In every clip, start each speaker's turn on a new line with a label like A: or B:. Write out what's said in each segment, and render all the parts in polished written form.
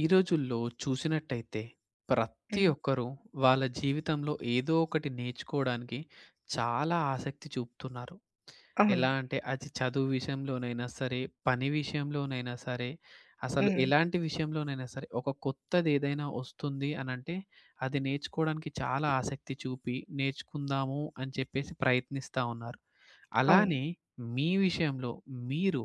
A: ఈ రోజుల్లో చూసినట్టయితే ప్రతి
B: హ్మ్.
A: ఒక్కరూ వాళ్ళ జీవితంలో ఏదో ఒకటి నేర్చుకోవడానికి చాలా ఆసక్తి చూపుతున్నారు.
B: అవును.
A: ఎలా అంటే అది చదువు విషయంలోనైనా సరే, పని విషయంలోనైనా సరే, అసలు
B: హ్మ్.
A: ఎలాంటి విషయంలోనైనా సరే ఒక కొత్తది ఏదైనా వస్తుంది అనంటే అది నేర్చుకోవడానికి చాలా ఆసక్తి చూపి నేర్చుకుందాము అని చెప్పేసి ప్రయత్నిస్తా ఉన్నారు.
B: అవును.
A: అలానే మీ విషయంలో మీరు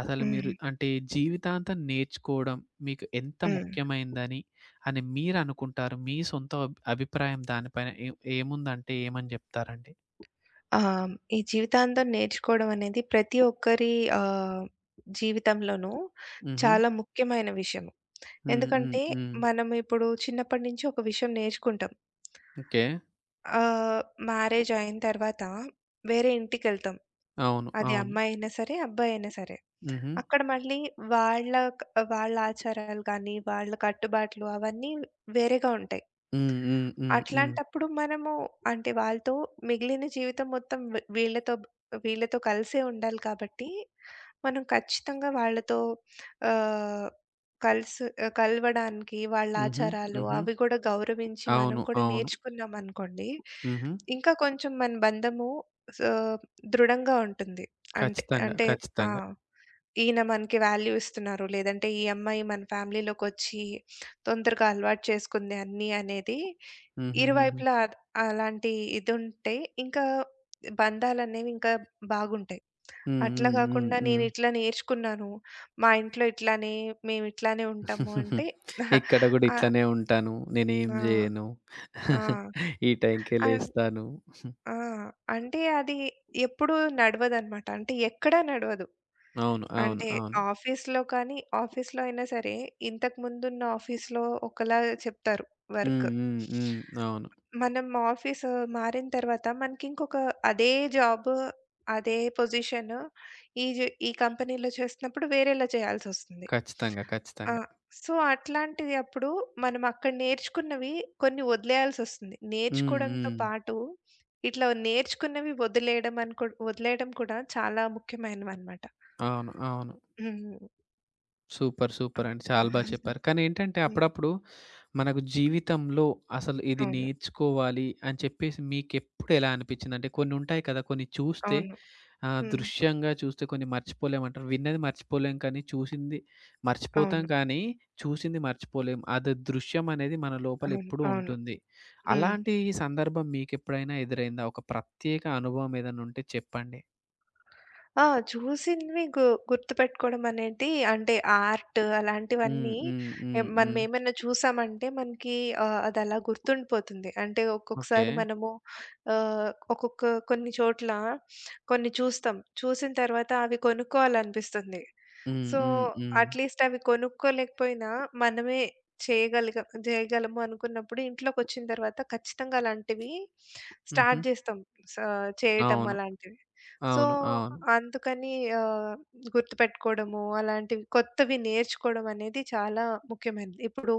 A: అసలు మీరు
B: హ్మ్.
A: అంటే జీవితాంతం నేర్చుకోవడం మీకు ఎంత
B: హ్మ్.
A: ముఖ్యమైందని అని మీరు అనుకుంటారు. మీ సొంత అభిప్రాయం దానిపైన ఏముందంటే ఏమని చెప్తారండి?
B: ఈ జీవితాంతం నేర్చుకోవడం అనేది ప్రతి ఒక్కరి ఆహ్, జీవితంలోనూ
A: హుహు.
B: చాలా ముఖ్యమైన విషయం.
A: హ్మ్. హ్మ్.
B: ఎందుకంటే
A: హ్మ్.
B: మనం ఇప్పుడు చిన్నప్పటి నుంచి ఒక విషయం నేర్చుకుంటాం.
A: ఓకే.
B: ఆహ్, మ్యారేజ్ అయిన తర్వాత వేరే ఇంటికెళ్తాం.
A: అవును.
B: అది
A: అవును.
B: అమ్మాయైనా సరే, అబ్బాయైనా సరే.
A: హుహు.
B: అక్కడ మళ్ళీ వాళ్ళ క్ వాళ్ళ ఆచారాలు గానీ, వాళ్ళ కట్టుబాట్లు అవన్నీ వేరేగా ఉంటాయి.
A: హ్మ్. హ్మ్. హ్మ్. హ్మ్.
B: అట్లాంటప్పుడు మనము అంటే వాళ్ళతో మిగిలిన జీవితం మొత్తం వీళ్ళతో కలిసే ఉండాలి కాబట్టి, మనం ఖచ్చితంగా వాళ్ళతో ఆహ్, కలిసి కలవడానికి వాళ్ళ
A: హుహు.
B: ఆచారాలు
A: హుహు.
B: అవి కూడా గౌరవించి మనం
A: అవును.
B: కూడా
A: అవును.
B: నేర్చుకున్నామనుకోండి,
A: హుహు.
B: ఇంకా కొంచెం మన బంధము సా దృఢంగా ఉంటుంది. అంటే
A: ఖచ్చితంగా.
B: అంటే ఆ!
A: ఖచ్చితంగా.
B: ఈయన మనకి వాల్యూ ఇస్తున్నారు. లేదంటే ఈ అమ్మాయి మన ఫ్యామిలీలోకొచ్చి తొందరగా అలవాటు చేసుకుంది అన్నీ అనేది
A: హుహుహుహు.
B: ఇరువైపులా అద్ అలాంటి ఇదుంటే ఇంకా బంధాలనేవి ఇంకా బాగుంటాయి.
A: హ్మ్.
B: అట్లా
A: హ్మ్. హ్మ్.
B: గాకుండా
A: హ్మ్.
B: నేనిట్లా నేర్చుకున్నాను. మా ఇంట్లో ఇట్లానే మేమిట్లానే ఉంటాము అంటే
A: ఇక్కడ గూడా
B: ఆ!
A: ఇట్లనే ఉంటాను. నేనేం
B: ఆ!
A: జేయను.
B: ఆ!
A: ఈ టైంకే
B: అన్
A: లేస్తాను.
B: ఆ! అంటే అది ఎప్పుడూ నడవదనమాట. అంటే ఎక్కడా నడవదు.
A: అవును. అవును.
B: అంటే
A: అవును.
B: ఆఫీస్‌లో అయినా సరే ఇంతకు ముందున్న ఆఫీస్‌లో ఒకలా చెప్తారు వర్క్.
A: హ్మ్. హ్మ్. హ్మ్. అవును.
B: మనం ఆఫీసు మారిన తర్వాత మనకింకొక అదే జాబు, అదే పొజిషను ఈ జ ఈ కంపెనీలో చేస్తున్నప్పుడు వేరేలా చేయాల్సొస్తుంది.
A: ఖచ్చితంగా.
B: ఆ!
A: ఖచ్చితంగా.
B: సో, అట్లాంటిది అప్పుడు మనం అక్కడ నేర్చుకున్నవి కొన్ని వదిలేయాల్సొస్తుంది.
A: హ్మ్.
B: నేర్చుకోవడంతో
A: హ్మ్.
B: పాటు ఇట్లా నేర్చుకున్నవి వదిలేయడం కూడా చాలా ముఖ్యమైనవనమాట.
A: అవును. అవును.
B: హ్మ్.
A: సూపర్. సూపర్ అండి. చాలా బా చెప్పారు. కానీ ఏంటంటే
B: హ్మ్.
A: అప్పుడప్పుడు మనకు జీవితంలో అసలు ఇది
B: అవును.
A: నేర్చుకోవాలి అని చెప్పేసి మీకెప్పుడు ఎలా అనిపించింది? అంటే కొన్ని ఉంటాయి కదా! కొన్ని చూస్తే
B: అవును.
A: ఆ!
B: హ్మ్.
A: దృశ్యంగా చూస్తే కొన్ని మర్చిపోలేమంటారు. విన్నది మర్చిపోలేం కానీ, చూసింది మర్చిపోతాం
B: అవును.
A: కానీ, చూసింది మర్చిపోలేం. అది దృశ్యం అనేది మన లోపల
B: అవును.
A: ఎప్పుడూ
B: అవును.
A: ఉంటుంది.
B: హ్మ్.
A: అలాంటి సందర్భం మీకెప్పుడైనా ఎదురైందా? ఒక ప్రత్యేక అనుభవం ఏదైనా ఉంటే చెప్పండి?
B: ఆ! చూసినవి గు గుర్తుపెట్టుకోవడం అనేది అంటే ఆర్ట్
A: హ్మ్.
B: అలాంటివన్నీ.
A: హ్మ్. హ్మ్. హ్మ్.
B: మనమేమన్నా చూసామంటే మనకి అదలా గుర్తుండిపోతుంది. అంటే
A: ఓకే.
B: ఒక్కొక్కసారి మనము కొన్ని చోట్ల కొన్ని చూస్తాం. చూసిన తర్వాత అవి కొనుక్కోవాలనిపిస్తుంది.
A: హ్మ్.
B: సో,
A: హ్మ్. హ్మ్.
B: అట్‌లీస్ట్ అవి కొనుక్కోలేకపోయినా మనమే చేయగలిగ జేయగలము అనుకున్నప్పుడు ఇంట్లోకొచ్చిన తర్వాత ఖచ్చితంగా అలాంటివి
A: హుహు.
B: స్టార్ట్ జేస్తాం. స చేయటం
A: అవును.
B: అలాంటివి. సో,
A: అవును. అవును.
B: అందుకని ఆహ్, గుర్తుపెట్టుకోవడము, అలాంటివి కొత్తవి నేర్చుకోవడం అనేది చాలా ముఖ్యమైనది. ఇప్పుడు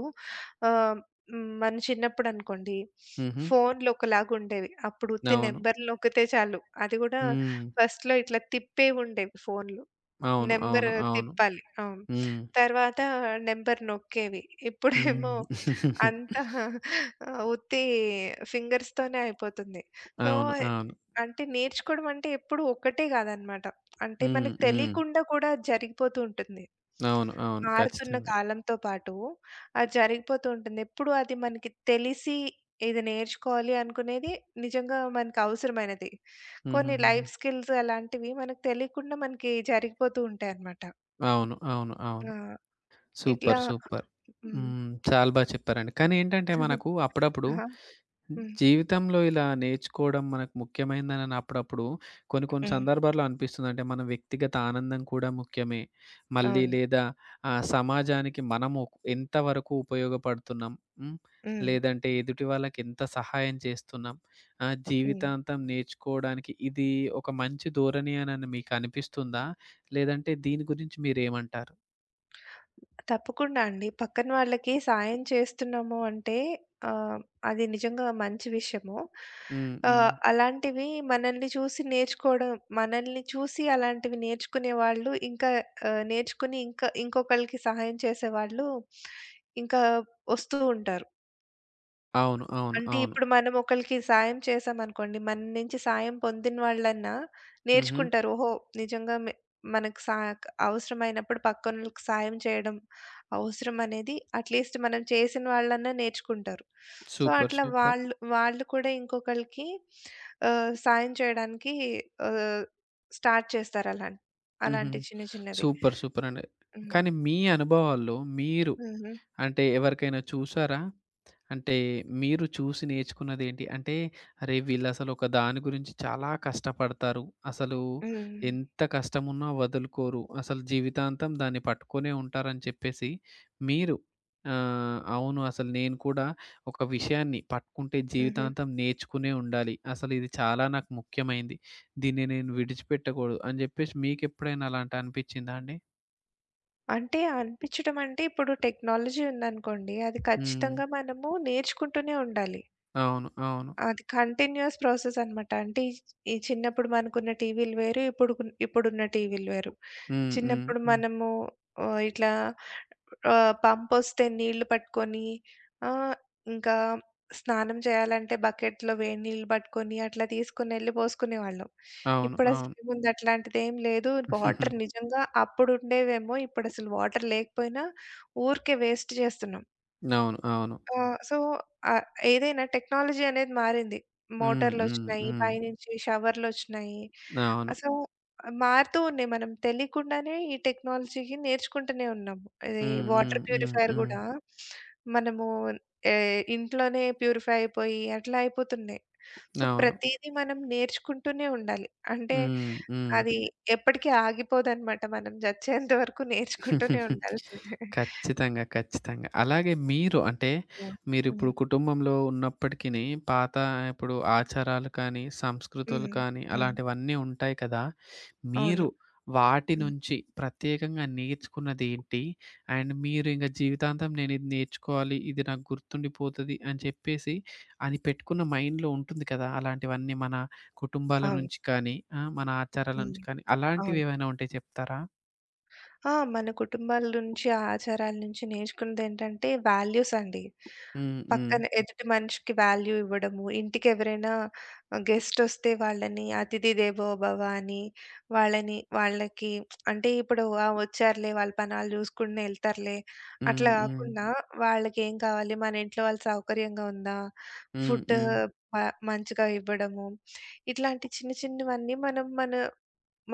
B: ఆహ్, మన చిన్నప్పుడనుకోండి
A: హుహు.
B: ఫోన్‌లు ఒకలాగుండేవి. అప్పుడు ఉత్తి
A: అవును.
B: నంబర్‌లు నొక్కితే చాలు. అది గూడా
A: హ్మ్.
B: ఫస్ట్‌లో ఇట్లా తిప్పేవుండేవి ఫోన్‌లు.
A: అవును.
B: నెంబర్
A: అవును. అవును.
B: తిప్పాలి. అవును.
A: హ్మ్.
B: తర్వాత నెంబర్ నొక్కేవి. ఇప్పుడేమో
A: హ్మ్.
B: అంతా ఉత్తి ఫింగర్స్‌తోనే అయిపోతుంది. సో,
A: అవును. అవును.
B: అంటే నేర్చుకోవడం అంటే ఎప్పుడు ఒక్కటే కాదనమాట. అంటే
A: హ్మ్.
B: మనకు
A: హ్మ్.
B: తెలియకుండా కూడా జరిగిపోతూ ఉంటుంది.
A: అవును. అవును.
B: మారుతున్న
A: ఖచ్చితంగా.
B: కాలంతో పాటు అది జరిగిపోతూ ఉంటుంది. ఎప్పుడు అది మనకి తెలిసి ఇది నేర్చుకోవాలి అనుకునేది నిజంగా మనకు అవసరమైనది. కొన్ని
A: హుహుహుహు.
B: లైఫ్ స్కిల్స్ అలాంటివి మనకు తెలియకుండా మనకి జరిగిపోతూ ఉంటాయన్నమాట.
A: అవును. అవును. అవును.
B: ఆ! ఇట్లా
A: సూపర్. సూపర్.
B: హ్మ్.
A: హ్మ్. చాలా బా చెప్పారండి. కానీ ఏంటంటే మనకు అప్పుడప్పుడు
B: ఆహా! హ్మ్.
A: జీవితంలో ఇలా నేర్చుకోవడం మనకు ముఖ్యమైందని అప్పుడప్పుడు కొన్ని కొన్ని
B: హ్మ్.
A: సందర్భాల్లో అనిపిస్తుంది. అంటే మన వ్యక్తిగత ఆనందం కూడా ముఖ్యమే. మళ్ళీ
B: అవును.
A: లేదా సమాజానికి మనము ఎంతవరకు ఉపయోగపడుతున్నాం. హ్మ్.
B: హ్మ్.
A: లేదంటే ఎదుటి వాళ్ళకి ఎంత సహాయం చేస్తున్నాం.
B: హ్మ్.
A: జీవితాంతం నేర్చుకోవడానికి ఇది ఒక మంచి ధోరణి అని అని మీకు అనిపిస్తుందా? లేదంటే దీని గురించి మీరేమంటారు?
B: తప్పకుండా అండి. పక్కన వాళ్ళకి సాయం చేస్తున్నాము అంటే ఆహ్, అది నిజంగా మంచి విషయము.
A: హ్మ్. హ్మ్.
B: అలాంటివి మనల్ని చూసి నేర్చుకోవడం మనల్ని చూసి అలాంటివి నేర్చుకునే వాళ్ళు ఇంకా నేర్చుకుని ఇంకా ఇంకొకళ్ళకి సహాయం చేసేవాళ్ళు ఇంకా వస్తూ ఉంటారు.
A: అవును. అవును.
B: అంటే
A: అవును.
B: ఇప్పుడు మనం ఒకళ్ళకి సాయం చేశామనుకోండి, మన నుంచి సాయం పొందిన వాళ్ళన్నా
A: హుహు.
B: నేర్చుకుంటారు. ఓహో! నిజంగా మె మనకు సా అవసరమైనప్పుడు పక్కనోళ్ళకి సాయం చేయడం అవసరం అనేది అట్‌లీస్ట్ మనం చేసిన వాళ్ళన్నా నేర్చుకుంటారు. So,
A: super.
B: అట్లా
A: సూపర్.
B: వాళ్ళు వాళ్ళు కూడా ఇంకొకళ్ళకి సాయం చేయడానికి ఆహ్, స్టార్ట్ చేస్తారు
A: హుహు.
B: అలాంటి చిన్న చిన్నవి.
A: సూపర్. సూపర్ అండి.
B: హ్మ్.
A: కానీ మీ అనుభవాల్లో మీరు
B: హుహు.
A: అంటే ఎవరికైనా చూసారా? అంటే మీరు చూసి నేర్చుకున్నదేంటి? అంటే అరే! వీళ్ళసలొక దాని గురించి చాలా కష్టపడతారు. అసలు
B: హ్మ్.
A: ఎంత కష్టమున్నా వదులుకోరు. అసలు జీవితాంతం దాన్ని పట్టుకొనే ఉంటారని చెప్పేసి మీరు అవును అసలు నేను కూడా ఒక విషయాన్ని పట్టుకుంటే
B: హుహు.
A: జీవితాంతం నేర్చుకునే ఉండాలి. అసలు ఇది చాలా నాకు ముఖ్యమైంది. దీన్ని నేను విడిచిపెట్టకూడదు అని జెప్పేసి మీకెప్పుడైనా అలాంటి అనిపిచ్చిందా అండి?
B: అంటే అనిపిచ్చడం అంటే ఇప్పుడు టెక్నాలజీ ఉందనుకోండి. అది
A: హ్మ్.
B: ఖచ్చితంగా మనము నేర్చుకుంటూనే ఉండాలి.
A: అవును. అవును.
B: అది కంటిన్యూయస్ ప్రాసెస్ అనమాట. అంటే ఈ ఈ చిన్నప్పుడు మనకున్న టీవీలు వేరు, ఇప్పుడున్న టీవీలు వేరు.
A: హ్మ్. హ్మ్.
B: చిన్నప్పుడు
A: హ్మ్.
B: మనము ఇట్లా పంపొస్తే నీళ్లు పట్టుకొని ఆహ్, ఇంకా స్నానం చేయాలంటే బకెట్‌లో వేడి నీళ్ళు పట్టుకొని అట్లా తీసుకొనెళ్లి పోసుకునేవాళ్ళం.
A: అవును.
B: ఇప్పుడసలు
A: అవును.
B: ఏముంది అట్లాంటిదేం లేదు. వాటర్ నిజంగా అప్పుడుండేవేమో ఇప్పుడసలు వాటర్ లేకపోయినా ఊరికే వేస్ట్ చేస్తున్నాం.
A: అవును. అవును.
B: ఆ! సో, ఆహ్, ఏదైనా టెక్నాలజీ అనేది మారింది.
A: హ్మ్. హ్మ్.
B: మోటార్‌లొచ్చినాయి,
A: హ్మ్.
B: పైనుంచి షవర్‌లొచ్చినాయి.
A: అవును.
B: సో, మారుతూ ఉన్నాయి. మనం తెలియకుండానే ఈ టెక్నాలజీకి నేర్చుకుంటూనే ఉన్నాము. ఇది
A: హ్మ్. హ్మ్.
B: వాటర్
A: హ్మ్.
B: ప్యూరిఫైయర్
A: హ్మ్.
B: గూడా మనము ఏ ఇంట్లోనే ప్యూరిఫై అయిపోయి అట్లా అయిపోతున్నాయి. సో,
A: అవును.
B: ప్రతీదీ మనం నేర్చుకుంటూనే ఉండాలి. అంటే
A: హ్మ్. హ్మ్.
B: అది ఎప్పటికీ ఆగిపోదనమాట. మనం చచ్చేంత వరకు నేర్చుకుంటూనే ఉండాల్సిందే.
A: ఖచ్చితంగా. ఖచ్చితంగా. అలాగే మీరు అంటే,
B: ఆ! హ్మ్.
A: మీరిప్పుడు కుటుంబంలో ఉన్నప్పటికిని పాత ఇప్పుడు ఆచారాలు కానీ, సంస్కృతులు
B: హ్మ్.
A: కానీ
B: హ్మ్.
A: అలాంటివన్నీ ఉంటాయి కదా!
B: అవును.
A: మీరు వాటి
B: హ్మ్.
A: నుంచి ప్రత్యేకంగా నేర్చుకున్నదేంటి? అండ్ మీరు ఇంక జీవితాంతం నేనిది నేర్చుకోవాలి, ఇది నాకు గుర్తుండిపోతది అని చెప్పేసి అది పెట్టుకున్న మైండ్‌లో ఉంటుంది కదా! అలాంటివన్నీ మన కుటుంబాల
B: అవును.
A: నుంచి కానీ, ఆ! మన ఆచారాల
B: హ్మ్.
A: నుంచి కానీ
B: అవును.
A: అలాంటివేవైనా ఉంటే చెప్తారా?
B: ఆ! మన కుటుంబాల నుంచి, ఆ ఆచారాల నుంచి నేర్చుకున్నదేంటంటే వాల్యూస్ అండి.
A: హ్మ్. హ్మ్.
B: పక్కన ఎదుటి మనిషికి వాల్యూ ఇవ్వడము, ఇంటికెవరైనా గెస్టొస్తే వాళ్ళని అతిథి దేవో భవ అని వాళ్ళకి అంటే ఇప్పుడు ఆ! వచ్చారులే వాళ్ళ పనాలు చూసుకుని ఎళ్తారులే అట్లా
A: హ్మ్. హ్మ్.
B: కాకుండా వాళ్ళకేం కావాలి, మన ఇంట్లో వాళ్ళు సౌకర్యంగా ఉందా,
A: హ్మ్.
B: ఫుడ్
A: హ్మ్.
B: మ మంచిగా ఇవ్వడము, ఇట్లాంటి చిన్న చిన్నవన్నీ మనం మన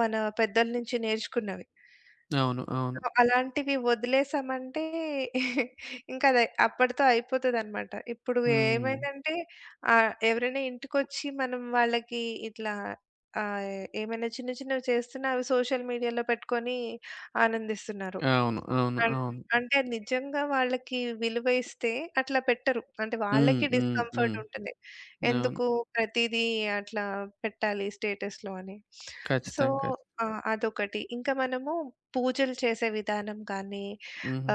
B: మన పెద్దల నుంచి నేర్చుకున్నవి.
A: అవును. అవును.
B: సో, అలాంటివి వదిలేసామంటే ఇంకా అది అప్పటితో అయిపోతదనమాట. ఇప్పుడు
A: హ్మ్.
B: ఏమైందంటే ఎవరైనా ఇంటికొచ్చి మనం వాళ్ళకి ఇట్లా ఆహ్, ఏమైనా చిన్న చిన్నవి చేస్తున్నా అవి సోషల్ మీడియాలో పెట్టుకొని ఆనందిస్తున్నారు.
A: అవును. అవును.
B: అన్
A: అవును.
B: అంటే నిజంగా వాళ్ళకి విలువ ఇస్తే అట్లా పెట్టరు. అంటే
A: హ్మ్.
B: వాళ్ళకి
A: హ్మ్. హ్మ్.
B: డిస్కంఫర్ట్ ఉంటుంది.
A: అవును.
B: ఎందుకు ప్రతీదీ అట్లా పెట్టాలి స్టేటస్‌లో అని. సో,
A: ఖచ్చితంగా.
B: అదొకటి. ఇంకా మనము పూజలు చేసే విధానం కానీ,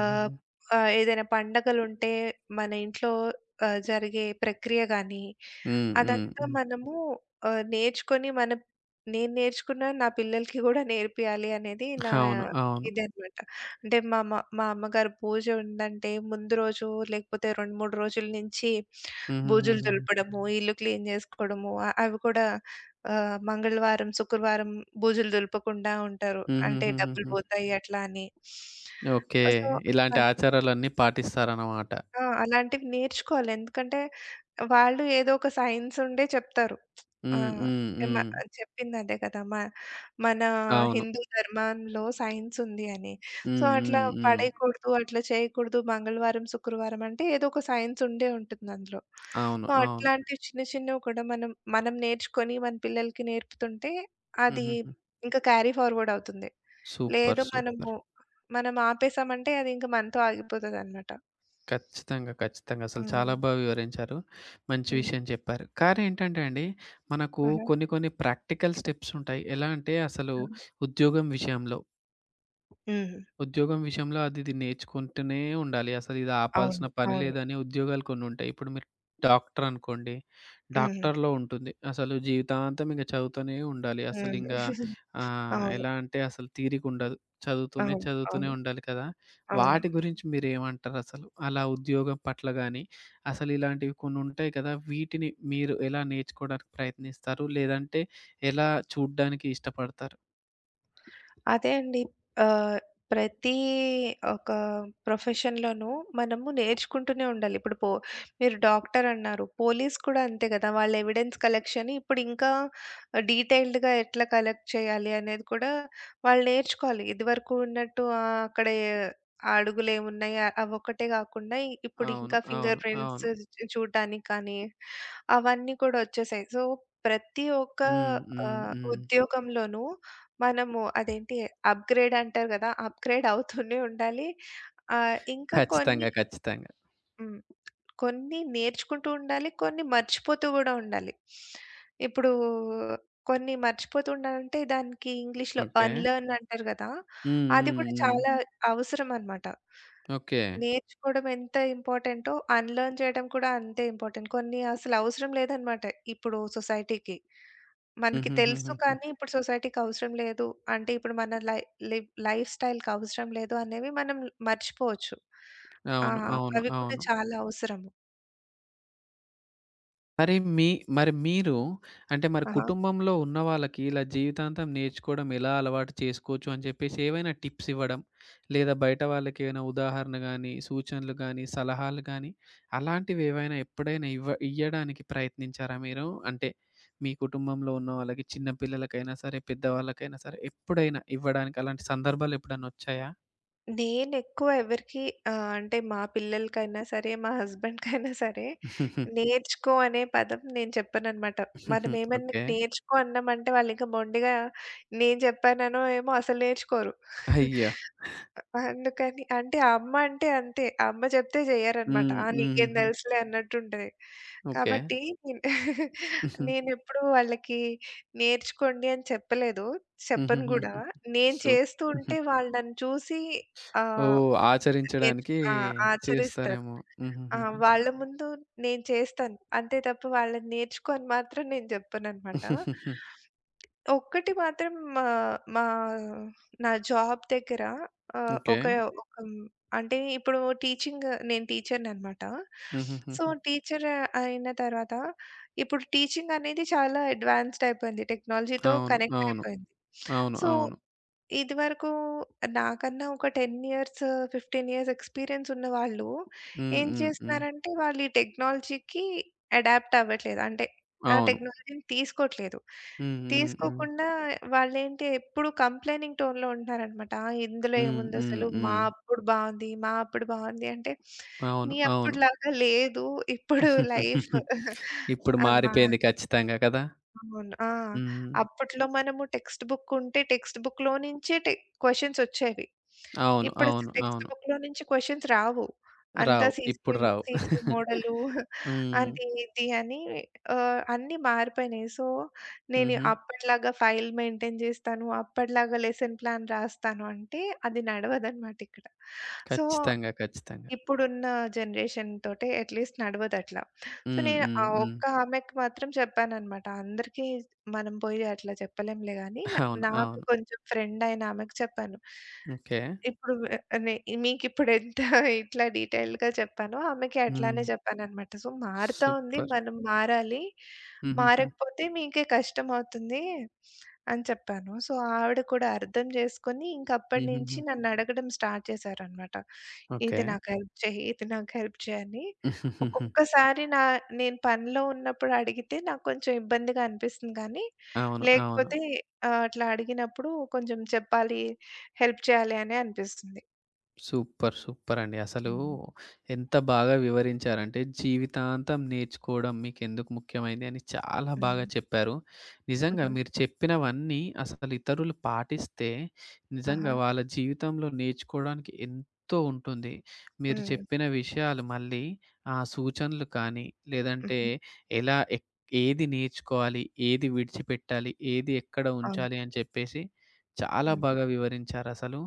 B: ఆహ్, ఆహ్, ఏదైనా పండగలుంటే మన ఇంట్లో జరిగే ప్రక్రియ గానీ,
A: హ్మ్. హ్మ్.
B: అదంతా
A: హ్మ్.
B: మనము నేర్చుకొని మన నేను నేర్చుకున్న నా పిల్లలకి గూడా నేర్పియాలి అనేది నా
A: అవును. అవును.
B: ఇదన్నమాట. అంటే మా అమ్మగారు పూజ ఉందంటే ముందు రోజు లేకపోతే 2, 3 రోజుల నుంచి బూజులు
A: హుహుహుహుహు.
B: దులపడము, ఇల్లు క్లీన్ జేసుకోవడము అ అవి కూడా మంగళవారం, శుక్రవారం బూజులు దులపకుండా ఉంటారు. అంటే డబ్బులు
A: హుహుహుహుహు.
B: పోతాయి అట్లా అని.
A: ఓకే.
B: సో,
A: ఇలాంటి ఆచారాలన్నీ పాటిస్తారన్నమాట.
B: ఆ! అలాంటివి నేర్చుకోవాలి. ఎందుకంటే వాళ్ళు ఏదో ఒక సైన్స్ ఉండే చెప్తారు. ఆ!
A: హ్మ్. హ్మ్.
B: అంటే మ
A: హ్మ్.
B: చెప్పిందదే కదా! మన
A: అవును.
B: హిందూ ధర్మంలో సైన్స్ ఉంది అని. సో,
A: హ్మ్.
B: అట్లా
A: హ్మ్. హ్మ్.
B: పడేయకూడదు, అట్లా చేయకూడదు, మంగళవారం, శుక్రవారం అంటే ఏదో ఒక సైన్స్ ఉండే ఉంటుంది అందులో.
A: అవును.
B: సో,
A: అవును.
B: అట్లాంటివి చిన్న చిన్నవి కూడా మనం మనం నేర్చుకొని మన పిల్లలకి నేర్పుతుంటే అది
A: హుహుహు.
B: ఇంకా క్యారీ ఫార్వర్డ్ అవుతుంది.
A: సూపర్.
B: లేదు మనము
A: సూపర్.
B: మనం ఆపేసామంటే అది ఇంకా మనతో ఆగిపోతదనమాట.
A: ఖచ్చితంగా. ఖచ్చితంగా. అసలు
B: హ్మ్.
A: చాలా బా వివరించారు. మంచి
B: హ్మ్.
A: విషయం చెప్పారు. కానీ ఏంటంటే అండి, మనకు
B: ఆహా!
A: కొన్ని కొన్ని ప్రాక్టికల్ స్టెప్స్ ఉంటాయి. ఎలా అంటే అసలు
B: ఆ!
A: ఉద్యోగం విషయంలో
B: హ్మ్.
A: ఉద్యోగం విషయంలో అది ఇది నేర్చుకుంటూనే ఉండాలి. అసలు ఇది
B: అవును.
A: ఆపాల్సిన పని
B: అవును.
A: లేదని ఉద్యోగాలు కొన్నుంటాయి. ఇప్పుడు మీరు డాక్టర్ అనుకోండి.
B: హ్మ్.
A: డాక్టర్‌లో ఉంటుంది. అసలు జీవితాంతం ఇంక చదువుతూనే ఉండాలి.
B: హ్మ్.
A: అసలింగ
B: అవును.
A: ఎలా అంటే అసలు తీరికుండదు. చదువుతూనే,
B: అవును.
A: చదువుతూనే
B: అవును.
A: ఉండాలి కదా!
B: అవును.
A: వాటి గురించి మీరేమంటారసలు? అలా ఉద్యోగం పట్ల గాని, అసలు ఇలాంటివి కొన్నుంటాయి కదా! వీటిని మీరు ఎలా నేర్చుకోవడానికి ప్రయత్నిస్తారు? లేదంటే ఎలా చూడ్డానికి ఇష్టపడతారు?
B: అదే అండి. ఆహ్, ప్రతి ఒక ప్రొఫెషన్‌లోనూ మనము నేర్చుకుంటూనే ఉండాలి. ఇప్పుడు పో మీరు డాక్టర్ అన్నారు. పోలీస్ కూడా అంతే కదా! వాళ్ళ ఎవిడెన్స్ కలెక్షన్ ఇప్పుడు ఇంకా డీటెయిల్డ్‌గా ఎట్లా కలెక్ట్ చేయాలి అనేది కూడా వాళ్ళు నేర్చుకోవాలి. ఇదివరకు ఉన్నట్టు అక్కడ ఆ అడుగులేమున్నాయి అవొక్కటే కాకుండా ఇప్పుడు
A: అవును.
B: ఇంకా
A: అవును.
B: ఫింగర్ ప్రింట్స్
A: అవును.
B: చూడడానికి కానీ అవన్నీ కూడా వచ్చేసాయి. సో, ప్రతి ఒక్క
A: హ్మ్. హ్మ్. హ్మ్.
B: ఉద్యోగంలోనూ మనము అదేంటి అప్‌గ్రేడ్ అంటారు గదా! అప్‌గ్రేడ్ అవుతూనే ఉండాలి. ఇంకా
A: ఖచ్చితంగా.
B: కొన్ని
A: ఖచ్చితంగా.
B: హ్మ్. కొన్ని నేర్చుకుంటూ ఉండాలి. కొన్ని మర్చిపోతూ గూడా ఉండాలి. ఇప్పుడు కొన్ని మర్చిపోతూ ఉండాలంటే దానికి ఇంగ్లీష్‌లో
A: ఓకే.
B: అన్‌లెర్న్ అంటారు గదా!
A: హ్మ్.
B: అది
A: హ్మ్.
B: కూడా
A: హ్మ్.
B: చాలా హ్మ్. అవసరం అన్నమాట.
A: ఓకే.
B: నేర్చుకోవడం ఎంత ఇంపార్టెంటో అన్‌లెర్న్ చేయడం కూడా అంతే ఇంపార్టెంట్. కొన్ని అసలు అవసరం లేదన్నమాట ఇప్పుడు సొసైటీకి. మనకి తెలుసు
A: హుహుహుహుహు.
B: కానీ ఇప్పుడు సొసైటీకి అవసరం లేదు. అంటే ఇప్పుడు మన లై లివ్ లైఫ్ స్టైల్‌కి అవసరం లేదు అనేవి మనం మర్చిపోవచ్చు. ఆ!
A: అవును. అవును.
B: అవి కూడా
A: అవును.
B: చాలా అవసరము.
A: మరి మీ మరి మీరు అంటే మరి
B: ఆహా!
A: కుటుంబంలో ఉన్న వాళ్ళకి ఇలా జీవితాంతం నేర్చుకోవడం ఎలా అలవాటు చేసుకోవచ్చు అని చెప్పేసి ఏవైనా టిప్స్ ఇవ్వడం, లేదా బయట వాళ్ళకి ఏమైనా ఉదాహరణ గాని, సూచనలు గాని, సలహాలు గాని అలాంటివి ఏవైనా ఎప్పుడైనా ఇవ్వ ఇయ్యడానికి ప్రయత్నించారా మీరు? అంటే మీ కుటుంబంలో ఉన్న వాళ్ళకి చిన్న పిల్లలకైనా సరే, పెద్దవాళ్ళకైనా సరే ఎప్పుడైనా ఇవ్వడానికి అలాంటి సందర్భాలు ఎప్పుడన్నా వచ్చాయా?
B: నేనెక్కువ ఎవరికీ అంటే మా పిల్లలకైనా సరే, మా హస్బెండ్‌కైనా సరే, నేర్చుకో అనే పదం నేను చెప్పననమాట. మనమేమన్నా
A: ఓకే.
B: నేర్చుకో అన్నామంటే వాళ్ళింక మొండిగా నేను చెప్పాననో ఏమో అసలు నేర్చుకోరు.
A: అయ్యో!
B: అందుకని అంటే ఆ అమ్మ అంటే అంతే. ఆ అమ్మ చెప్తే చెయ్యరనమాట.
A: హ్మ్.
B: ఆ! నీకేం
A: హుహుహు.
B: తెలుసులే అన్నట్టుంటది.
A: ఓకే.
B: కాబట్టి
A: హుహు.
B: నేనెప్పుడు వాళ్ళకి నేర్చుకోండి అని చెప్పలేదు. చెప్పను
A: హుహుహుహు.
B: గూడా. నేను
A: సూప్
B: చేస్తూ
A: హుహు.
B: ఉంటే వాళ్ళు నన్ను చూసి
A: ఓహ్!
B: ఆహ్,
A: ఆచరించడానికి
B: ఆ! ఆచరిస్తారు.
A: చేస్తారేమో.
B: ఆ!
A: హుహుహుహు.
B: వాళ్ళ ముందు నేను చేస్తాను. అంతే తప్ప వాళ్ళని నేర్చుకో అని మాత్రం నేను చెప్పననమాట. ఒక్కటి మాత్రం ఆహ్, మా నా జాబ్ దగ్గర ఆహ్,
A: ఓకే.
B: ఒక హ్మ్. ఒక అంటే ఇప్పుడు టీచింగ్ నేను టీచర్‌ననమాట. సో,
A: హుహుహుహు.
B: టీచర్ అయిన తర్వాత ఇప్పుడు టీచింగ్ అనేది చాలా అడ్వాన్స్డ్ అయిపోయింది. టెక్నాలజీతో
A: అవును.
B: కనెక్ట్
A: అవును.
B: అయిపోయింది.
A: అవును.
B: సో,
A: అవును.
B: ఇదివరకు నాకన్నా ఒక 10 ఇయర్స్, 15 ఇయర్స్ ఎక్స్‌పీరియన్స్ ఉన్న వాళ్ళు
A: హ్మ్.
B: ఏం
A: హ్మ్. హ్మ్.
B: చేస్తున్నారంటే, వాళ్ళు ఈ టెక్నాలజీకి అడాప్ట్ అవ్వట్లేదు. అంటే ఆ
A: అవును.
B: టెక్నాలజీని తీసుకోవట్లేదు.
A: హ్మ్. హ్మ్. హ్మ్.
B: తీసుకోకుండా వాళ్ళేంటి ఎప్పుడు కంప్లెయినింగ్ టోన్‌లో ఉంటున్నారనమాట. "ఆ! ఇందులో
A: హ్మ్. హ్మ్.
B: ఏముందసలు? మా
A: హ్మ్.
B: అప్పుడు బావుంది, మా అప్పుడు బావుంది" అంటే,
A: అవును.
B: మీ
A: అవును.
B: అప్పుడులాగా లేదు. ఇప్పుడు లైఫ్
A: ఇప్పుడు
B: ఆ! మా
A: మారిపోయింది ఖచ్చితంగా కదా!
B: అవును. ఆ!
A: హ్మ్.
B: అప్పట్లో మనము టెక్స్ట్ బుక్ ఉంటే టెక్స్ట్ బుక్‌లో నుంచే క్వెషన్స్ వచ్చేవి.
A: అవును. అవును.
B: ఇప్పుడసలు టెక్స్ట్
A: అవును.
B: బుక్‌లో నుంచి క్వెషన్స్ రావు. అంతా
A: రావు.
B: సీసీ,
A: ఇప్పుడు రావు.
B: సీసీ మోడలు
A: హ్మ్.
B: అది ఇది అని అన్నీ మారిపోయినాయి. సో, నేను
A: హుహు.
B: అప్పట్లాగా ఫైల్ మెయింటైన్ చేస్తాను, అప్పట్లాగా లెసన్ ప్లాన్ రాస్తాను అంటే అది నడవదనమాట ఇక్కడ. సో,
A: ఖచ్చితంగా. ఖచ్చితంగా.
B: ఇప్పుడున్న జనరేషన్ తోటి అట్‌లీస్ట్ నడవదట్లా. సో,
A: హ్మ్.
B: నేను
A: హ్మ్.
B: ఆ
A: హ్మ్.
B: ఒక్క ఆమెకి మాత్రం చెప్పాననమాట. అందరికీ మనం పోయి అట్లా చెప్పలేంలే గానీ,
A: అవును.
B: నాకు
A: అవును.
B: కొంచెం ఫ్రెండ్ అయిన ఆమెకి చెప్పాను.
A: ఓకే.
B: ఇప్పుడు వె నే మీకిప్పుడెంత ఇట్లా డీటెయిల్డ్‌గా చెప్పానో, ఆమెకి
A: హ్మ్.
B: అట్లానే చెప్పాననమాట. సో, మారుతా ఉంది.
A: సూపర్.
B: మనం మారాలి.
A: హుహుహు.
B: మారకపోతే మీకే కష్టమవుతుంది అని చెప్పాను. సో, ఆవిడ కూడా అర్థం చేసుకొని, ఇంకప్పటినుంచి
A: హుహుహు.
B: నన్నడగడం స్టార్ట్ చేశారనమాట.
A: ఓకే.
B: "ఇది నాకు హెల్ప్ చెయ్యి. ఇది నాకు హెల్ప్ చెయ్యి" అని. ఒక్కొక్కసారి నేను పనిలో ఉన్నప్పుడు అడిగితే, నాకు కొంచెం ఇబ్బందిగా అనిపిస్తుంది కానీ,
A: అవును. అవును.
B: లేకపోతే అట్లా అడిగినప్పుడు కొంచెం చెప్పాలి హెల్ప్ చేయాలి అనే అనిపిస్తుంది.
A: సూపర్! సూపరండి. అసలు
B: హ్మ్.
A: ఎంత బాగా వివరించారంటే, జీవితాంతం నేర్చుకోవడం మీకెందుకు ముఖ్యమైంది అని చాలా బాగా
B: హ్మ్.
A: చెప్పారు. నిజంగా
B: హుహు.
A: మీరు చెప్పినవన్నీ అసలు ఇతరులు పాటిస్తే,
B: ఆహా!
A: నిజంగా వాళ్ళ జీవితంలో నేర్చుకోవడానికి ఎంతో ఉంటుంది. మీరు
B: హ్మ్.
A: చెప్పిన విషయాలు మళ్ళీ ఆ సూచనలు కానీ, లేదంటే
B: హుహు.
A: ఎలా ఏది నేర్చుకోవాలి, ఏది విడిచిపెట్టాలి, ఏది ఎక్కడ
B: అవును.
A: ఉంచాలి అని చెప్పేసి చాలా
B: హ్మ్.
A: బాగా వివరించారసలు.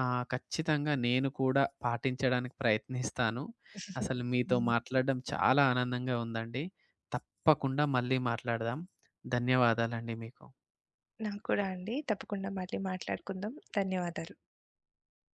A: ఆ! ఖచ్చితంగా నేను కూడా పాటించడానికి ప్రయత్నిస్తాను. అసలు మీతో
B: హ్మ్.
A: మాట్లాడడం చాలా ఆనందంగా ఉందండి. తప్పకుండా మళ్ళీ మాట్లాడదాం. ధన్యవాదాలండి మీకు.
B: నాకు కూడా అండి. తప్పకుండా మళ్ళీ మాట్లాడుకుందాం. ధన్యవాదాలు.